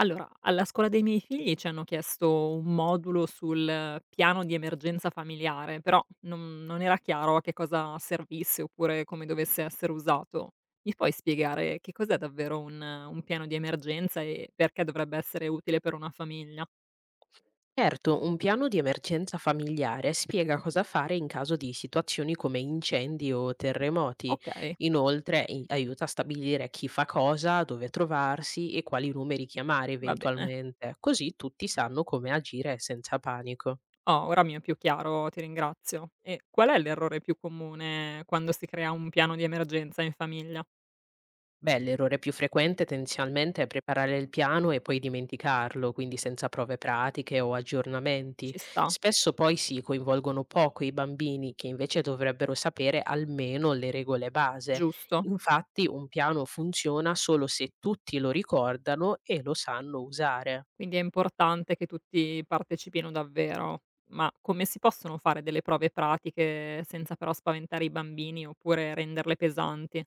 Allora, alla scuola dei miei figli ci hanno chiesto un modulo sul piano di emergenza familiare, però non era chiaro a che cosa servisse oppure come dovesse essere usato. Mi puoi spiegare che cos'è davvero un piano di emergenza e perché dovrebbe essere utile per una famiglia? Certo, un piano di emergenza familiare spiega cosa fare in caso di situazioni come incendi o terremoti. Ok, Inoltre, aiuta a stabilire chi fa cosa, dove trovarsi e quali numeri chiamare va bene. eventualmente, così tutti sanno come agire senza panico. Oh, ora mi è più chiaro, ti ringrazio. E qual è l'errore più comune quando si crea un piano di emergenza in famiglia? Beh, l'errore più frequente tendenzialmente è preparare il piano e poi dimenticarlo, quindi senza prove pratiche o aggiornamenti. Ci sta, Spesso poi si coinvolgono poco i bambini che invece dovrebbero sapere almeno le regole base. giusto? Infatti un piano funziona solo se tutti lo ricordano e lo sanno usare. Quindi è importante che tutti partecipino davvero. Ma come si possono fare delle prove pratiche senza però spaventare i bambini oppure renderle pesanti?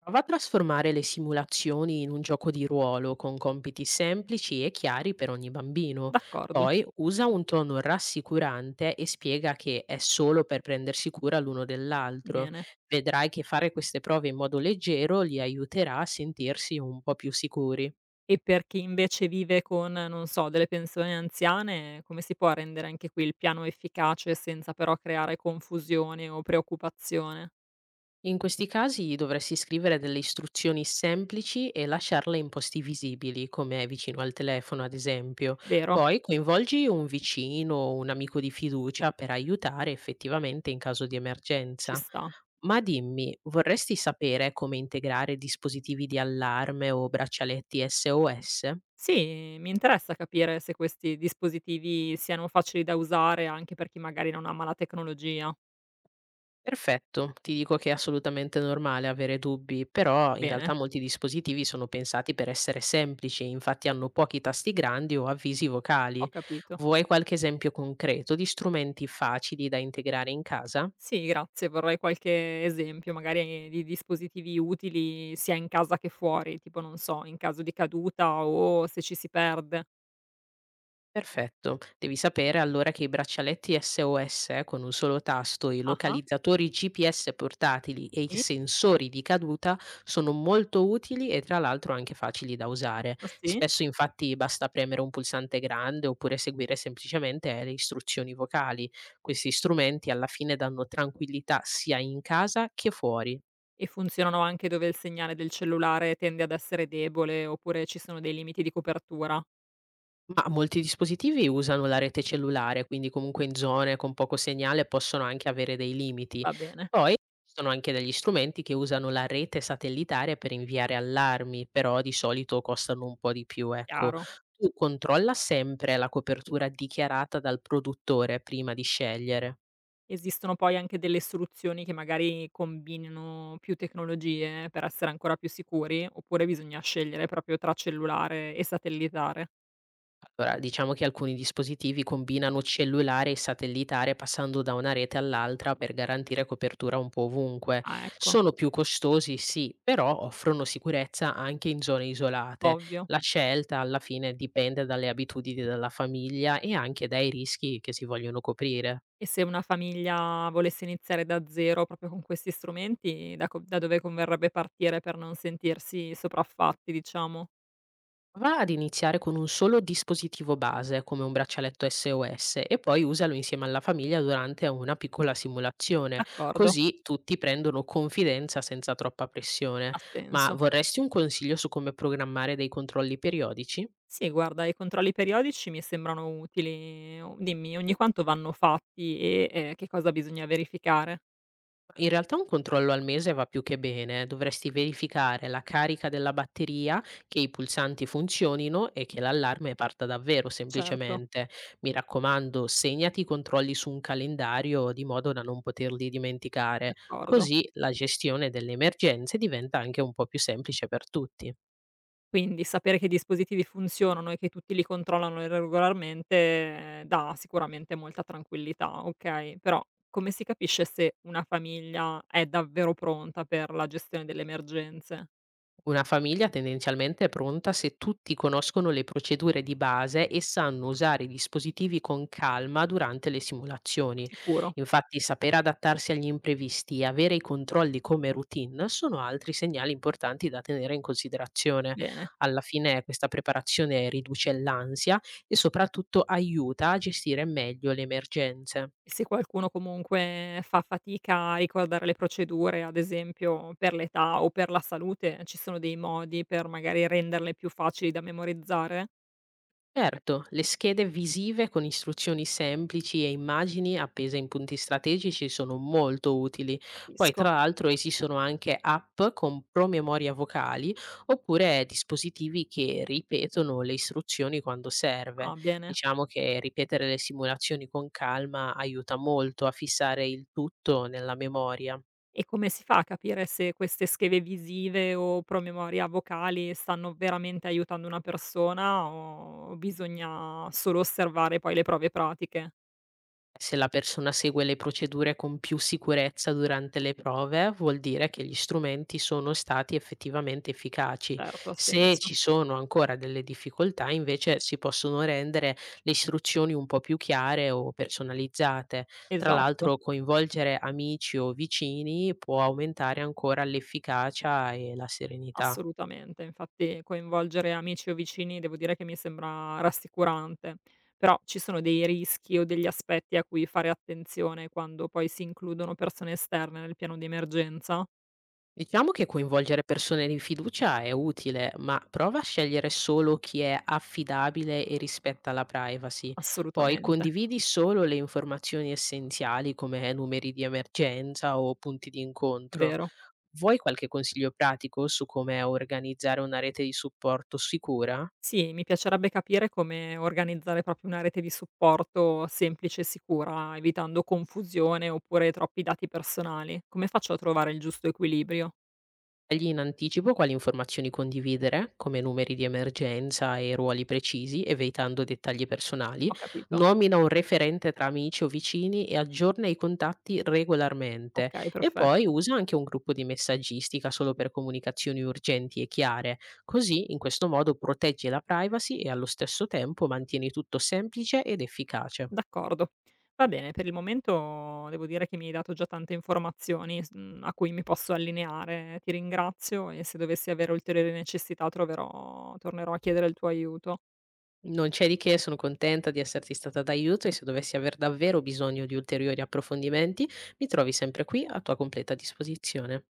Prova a trasformare le simulazioni in un gioco di ruolo con compiti semplici e chiari per ogni bambino. D'accordo, Poi usa un tono rassicurante e spiega che è solo per prendersi cura l'uno dell'altro. bene. Vedrai che fare queste prove in modo leggero li aiuterà a sentirsi un po' più sicuri. E per chi invece vive con, non so, delle pensioni anziane, come si può rendere anche qui il piano efficace senza però creare confusione o preoccupazione? In questi casi dovresti scrivere delle istruzioni semplici e lasciarle in posti visibili, come vicino al telefono, ad esempio. Vero? Poi coinvolgi un vicino o un amico di fiducia per aiutare effettivamente in caso di Ci emergenza. sta. Ma dimmi, vorresti sapere come integrare dispositivi di allarme o braccialetti SOS? Sì, mi interessa capire se questi dispositivi siano facili da usare anche per chi magari non ama la tecnologia. Perfetto, ti dico che è assolutamente normale avere dubbi, però in realtà Bene. molti dispositivi sono pensati per essere semplici, infatti hanno pochi tasti grandi o avvisi Ho vocali. capito. Vuoi qualche esempio concreto di strumenti facili da integrare in casa? Sì, grazie, vorrei qualche esempio magari di dispositivi utili sia in casa che fuori, tipo non so, in caso di caduta o se ci si perde. Perfetto. Devi sapere allora che i braccialetti SOS con un solo tasto, i Ah-ah, localizzatori GPS portatili e i sì, sensori di caduta sono molto utili e tra l'altro anche facili da usare. ah sì? Spesso infatti basta premere un pulsante grande oppure seguire semplicemente le istruzioni vocali. Questi strumenti alla fine danno tranquillità sia in casa che fuori. E funzionano anche dove il segnale del cellulare tende ad essere debole oppure ci sono dei limiti di copertura? Ma molti dispositivi usano la rete cellulare, quindi comunque in zone con poco segnale possono anche avere dei limiti. Va bene, Poi ci sono anche degli strumenti che usano la rete satellitare per inviare allarmi, però di solito costano un po' di più, ecco. chiaro. Tu controlla sempre la copertura dichiarata dal produttore prima di scegliere. Esistono poi anche delle soluzioni che magari combinino più tecnologie per essere ancora più sicuri, oppure bisogna scegliere proprio tra cellulare e satellitare? Allora, diciamo che alcuni dispositivi combinano cellulare e satellitare passando da una rete all'altra per garantire copertura un po' ovunque. Ah, ecco. Sono più costosi, sì, però offrono sicurezza anche in zone isolate. Ovvio. La scelta alla fine dipende dalle abitudini della famiglia e anche dai rischi che si vogliono coprire. E se una famiglia volesse iniziare da zero proprio con questi strumenti, da dove converrebbe partire per non sentirsi sopraffatti, diciamo? Va ad iniziare con un solo dispositivo base, come un braccialetto SOS, e poi usalo insieme alla famiglia durante una piccola simulazione, D'accordo, così tutti prendono confidenza senza troppa pressione. ha Ma senso. vorresti un consiglio su come programmare dei controlli periodici? Sì, guarda, i controlli periodici mi sembrano utili. O dimmi, ogni quanto vanno fatti e, che cosa bisogna verificare? In realtà un controllo al mese va più che bene, dovresti verificare la carica della batteria, che i pulsanti funzionino e che l'allarme parta davvero Certo, semplicemente. Mi raccomando, segnati i controlli su un calendario di modo da non poterli dimenticare, d'accordo. così la gestione delle emergenze diventa anche un po' più semplice per tutti. Quindi sapere che i dispositivi funzionano e che tutti li controllano regolarmente dà sicuramente molta tranquillità, okay, però come si capisce se una famiglia è davvero pronta per la gestione delle emergenze? Una famiglia tendenzialmente è pronta se tutti conoscono le procedure di base e sanno usare i dispositivi con calma durante le simulazioni. Sicuro? Infatti, saper adattarsi agli imprevisti e avere i controlli come routine sono altri segnali importanti da tenere in considerazione. Bene. Alla fine, questa preparazione riduce l'ansia e soprattutto aiuta a gestire meglio le emergenze. E se qualcuno comunque fa fatica a ricordare le procedure, ad esempio per l'età o per la salute, ci sono dei modi per magari renderle più facili da memorizzare? Certo, le schede visive con istruzioni semplici e immagini appese in punti strategici sono molto utili. Poi, tra Capisco. l'altro, esistono anche app con promemoria vocali oppure dispositivi che ripetono le istruzioni quando serve. Ah, bene. Diciamo che ripetere le simulazioni con calma aiuta molto a fissare il tutto nella memoria. E come si fa a capire se queste schede visive o promemoria vocali stanno veramente aiutando una persona o bisogna solo osservare poi le prove pratiche? Se la persona segue le procedure con più sicurezza durante le prove, vuol dire che gli strumenti sono stati effettivamente efficaci. Certo, ha Se senso. ci sono ancora delle difficoltà, invece, si possono rendere le istruzioni un po' più chiare o personalizzate. Tra Esatto, l'altro, coinvolgere amici o vicini può aumentare ancora l'efficacia e la serenità. assolutamente. Infatti coinvolgere amici o vicini devo dire che mi sembra rassicurante, però ci sono dei rischi o degli aspetti a cui fare attenzione quando poi si includono persone esterne nel piano di emergenza? Diciamo che coinvolgere persone di fiducia è utile, ma prova a scegliere solo chi è affidabile e rispetta la privacy. Poi Assolutamente, condividi solo le informazioni essenziali come numeri di emergenza o punti di incontro. vero. Vuoi qualche consiglio pratico su come organizzare una rete di supporto sicura? Sì, mi piacerebbe capire come organizzare proprio una rete di supporto semplice e sicura, evitando confusione oppure troppi dati personali. Come faccio a trovare il giusto equilibrio? Scegli in anticipo quali informazioni condividere, come numeri di emergenza e ruoli precisi, evitando dettagli personali. Ho capito. Nomina un referente tra amici o vicini e aggiorna i contatti regolarmente. Ok, E poi perfetto. usa anche un gruppo di messaggistica solo per comunicazioni urgenti e chiare. Così, in questo modo, proteggi la privacy e allo stesso tempo mantieni tutto semplice ed efficace. D'accordo. Va bene, per il momento devo dire che mi hai dato già tante informazioni a cui mi posso allineare. Ti ringrazio e se dovessi avere ulteriori necessità tornerò a chiedere il tuo aiuto. Non c'è di che, sono contenta di esserti stata d'aiuto e se dovessi aver davvero bisogno di ulteriori approfondimenti, mi trovi sempre qui a tua completa disposizione.